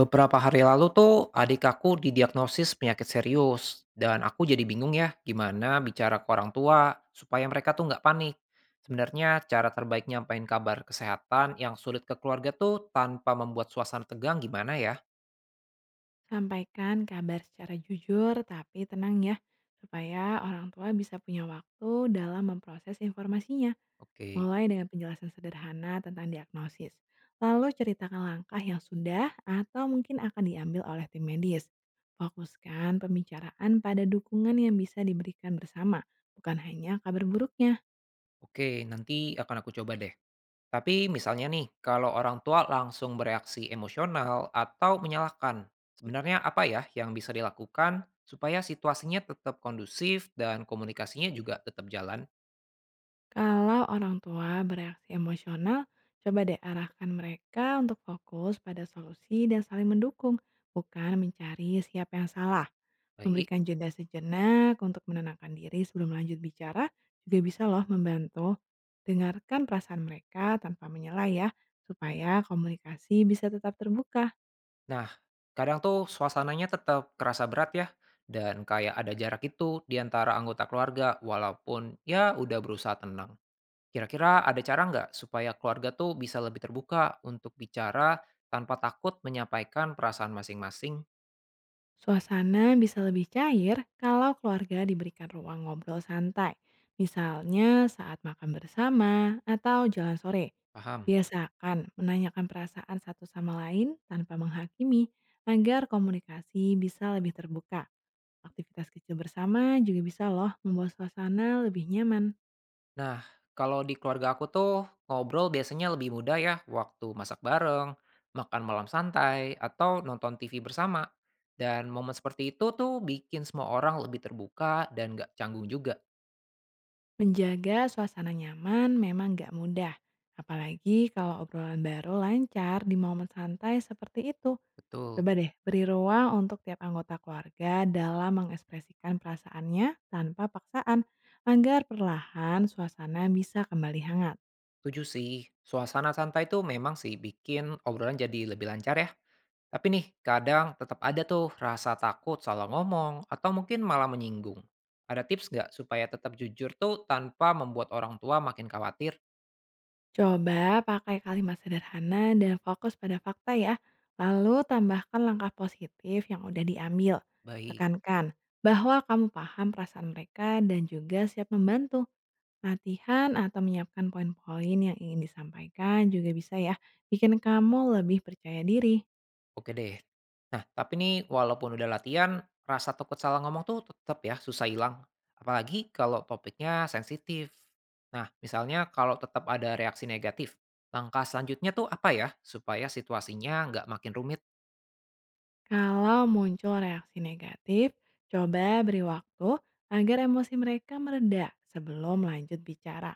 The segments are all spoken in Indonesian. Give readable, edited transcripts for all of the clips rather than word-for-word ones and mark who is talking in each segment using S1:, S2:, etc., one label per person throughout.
S1: Beberapa hari lalu tuh adik aku didiagnosis penyakit serius dan aku jadi bingung ya gimana bicara ke orang tua supaya mereka tuh nggak panik. Sebenarnya cara terbaik nyampain kabar kesehatan yang sulit ke keluarga tuh tanpa membuat suasana tegang gimana ya?
S2: Sampaikan kabar secara jujur tapi tenang ya, supaya orang tua bisa punya waktu dalam memproses informasinya.
S1: Oke,
S2: Mulai dengan penjelasan sederhana tentang diagnosis. Lalu ceritakan langkah yang sudah atau mungkin akan diambil oleh tim medis. Fokuskan pembicaraan pada dukungan yang bisa diberikan bersama, bukan hanya kabar buruknya.
S1: oke, nanti akan aku coba deh. Tapi misalnya nih kalau orang tua langsung bereaksi emosional atau menyalahkan, sebenarnya apa ya yang bisa dilakukan supaya situasinya tetap kondusif dan komunikasinya juga tetap jalan?
S2: Kalau orang tua bereaksi emosional, coba deh arahkan mereka untuk fokus pada solusi dan saling mendukung, bukan mencari siapa yang salah.
S1: Baik.
S2: Memberikan jeda sejenak untuk menenangkan diri sebelum lanjut bicara juga bisa loh membantu. Dengarkan perasaan mereka tanpa menyela ya, supaya komunikasi bisa tetap terbuka.
S1: Nah, kadang tuh suasananya tetap kerasa berat ya, dan kayak ada jarak itu di antara anggota keluarga, walaupun ya udah berusaha tenang. Kira-kira ada cara nggak supaya keluarga tuh bisa lebih terbuka untuk bicara tanpa takut menyampaikan perasaan masing-masing?
S2: Suasana bisa lebih cair kalau keluarga diberikan ruang ngobrol santai, misalnya saat makan bersama atau jalan sore.
S1: Paham?
S2: Biasakan menanyakan perasaan satu sama lain tanpa menghakimi agar komunikasi bisa lebih terbuka. Aktivitas kecil bersama juga bisa loh membuat suasana lebih nyaman.
S1: Nah, kalau di keluarga aku tuh ngobrol biasanya lebih mudah ya waktu masak bareng, makan malam santai, atau nonton TV bersama. Dan momen seperti itu tuh bikin semua orang lebih terbuka dan nggak canggung juga.
S2: Menjaga suasana nyaman memang gak mudah, apalagi kalau obrolan baru lancar di momen santai seperti itu.
S1: Betul.
S2: Coba deh beri ruang untuk tiap anggota keluarga dalam mengekspresikan perasaannya tanpa paksaan agar perlahan suasana bisa kembali hangat.
S1: Setuju sih, suasana santai tuh memang sih bikin obrolan jadi lebih lancar ya. Tapi nih, kadang tetap ada tuh rasa takut salah ngomong atau mungkin malah menyinggung. Ada tips nggak supaya tetap jujur tuh tanpa membuat orang tua makin khawatir?
S2: Coba pakai kalimat sederhana dan fokus pada fakta ya. Lalu tambahkan langkah positif yang udah diambil.
S1: Baik.
S2: Tekankan bahwa kamu paham perasaan mereka dan juga siap membantu. Latihan atau menyiapkan poin-poin yang ingin disampaikan juga bisa ya bikin kamu lebih percaya diri.
S1: Oke deh. Nah, tapi nih walaupun udah latihan, rasa takut salah ngomong tuh tetap ya susah hilang. Apalagi kalau topiknya sensitif. Nah, misalnya kalau tetap ada reaksi negatif, langkah selanjutnya tuh apa ya supaya situasinya nggak makin rumit?
S2: Kalau muncul reaksi negatif, coba beri waktu agar emosi mereka mereda sebelum lanjut bicara.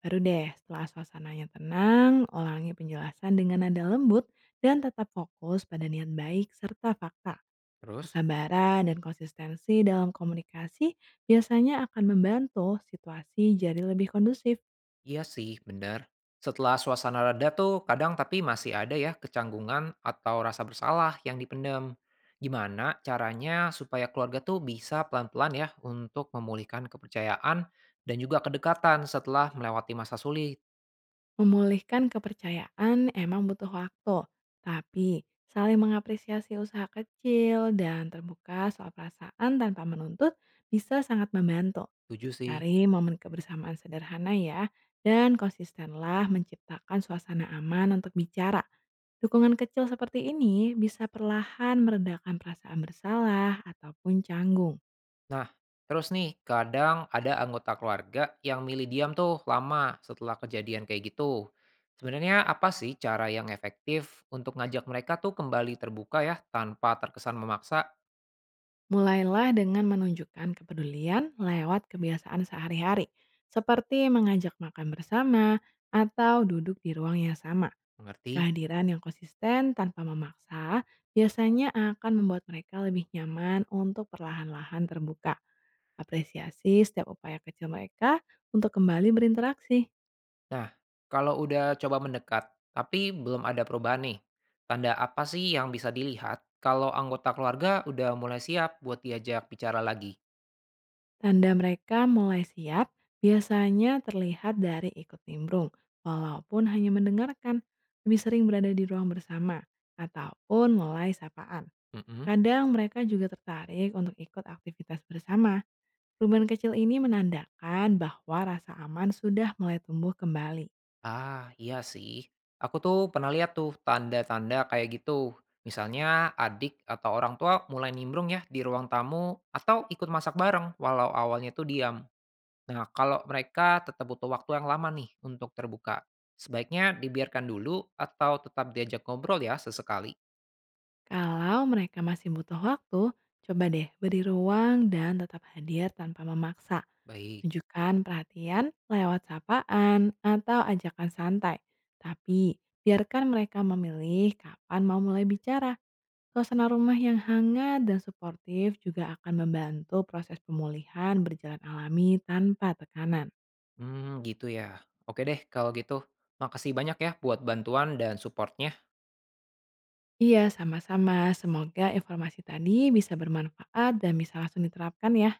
S2: Baru deh, setelah suasananya tenang, ulangi penjelasan dengan nada lembut dan tetap fokus pada niat baik serta fakta.
S1: Terus?
S2: Kesabaran dan konsistensi dalam komunikasi biasanya akan membantu situasi jadi lebih kondusif.
S1: Iya sih, benar. Setelah suasana reda tuh kadang tapi masih ada ya kecanggungan atau rasa bersalah yang dipendam. Gimana caranya supaya keluarga tuh bisa pelan-pelan ya untuk memulihkan kepercayaan dan juga kedekatan setelah melewati masa sulit.
S2: Memulihkan kepercayaan emang butuh waktu, tapi saling mengapresiasi usaha kecil dan terbuka soal perasaan tanpa menuntut bisa sangat membantu.
S1: Setuju sih.
S2: Cari momen kebersamaan sederhana ya, dan konsistenlah menciptakan suasana aman untuk bicara. Dukungan kecil seperti ini bisa perlahan meredakan perasaan bersalah ataupun canggung.
S1: Nah, terus nih kadang ada anggota keluarga yang milih diam tuh lama setelah kejadian kayak gitu. Sebenarnya apa sih cara yang efektif untuk ngajak mereka tuh kembali terbuka ya tanpa terkesan memaksa?
S2: Mulailah dengan menunjukkan kepedulian lewat kebiasaan sehari-hari, seperti mengajak makan bersama atau duduk di ruang yang sama.
S1: Mengerti.
S2: Kehadiran yang konsisten tanpa memaksa biasanya akan membuat mereka lebih nyaman untuk perlahan-lahan terbuka. Apresiasi setiap upaya kecil mereka untuk kembali berinteraksi.
S1: Nah, kalau udah coba mendekat, tapi belum ada perubahan nih, tanda apa sih yang bisa dilihat kalau anggota keluarga udah mulai siap buat diajak bicara lagi?
S2: Tanda mereka mulai siap biasanya terlihat dari ikut nimbrung, walaupun hanya mendengarkan, lebih sering berada di ruang bersama, ataupun mulai sapaan.
S1: Mm-mm.
S2: Kadang mereka juga tertarik untuk ikut aktivitas bersama. Perubahan kecil ini menandakan bahwa rasa aman sudah mulai tumbuh kembali.
S1: Ah, iya sih. Aku tuh pernah lihat tuh tanda-tanda kayak gitu. Misalnya adik atau orang tua mulai nimbrung ya di ruang tamu atau ikut masak bareng walau awalnya tuh diam. Nah, kalau mereka tetap butuh waktu yang lama nih untuk terbuka, sebaiknya dibiarkan dulu atau tetap diajak ngobrol ya sesekali.
S2: Kalau mereka masih butuh waktu, coba deh beri ruang dan tetap hadir tanpa memaksa.
S1: Baik.
S2: Tunjukkan perhatian lewat sapaan atau ajakan santai. Tapi, biarkan mereka memilih kapan mau mulai bicara. Suasana rumah yang hangat dan suportif juga akan membantu proses pemulihan berjalan alami tanpa tekanan.
S1: Hmm, gitu ya. Oke deh kalau gitu. Makasih banyak ya buat bantuan dan supportnya.
S2: Iya, sama-sama. Semoga informasi tadi bisa bermanfaat dan bisa langsung diterapkan ya.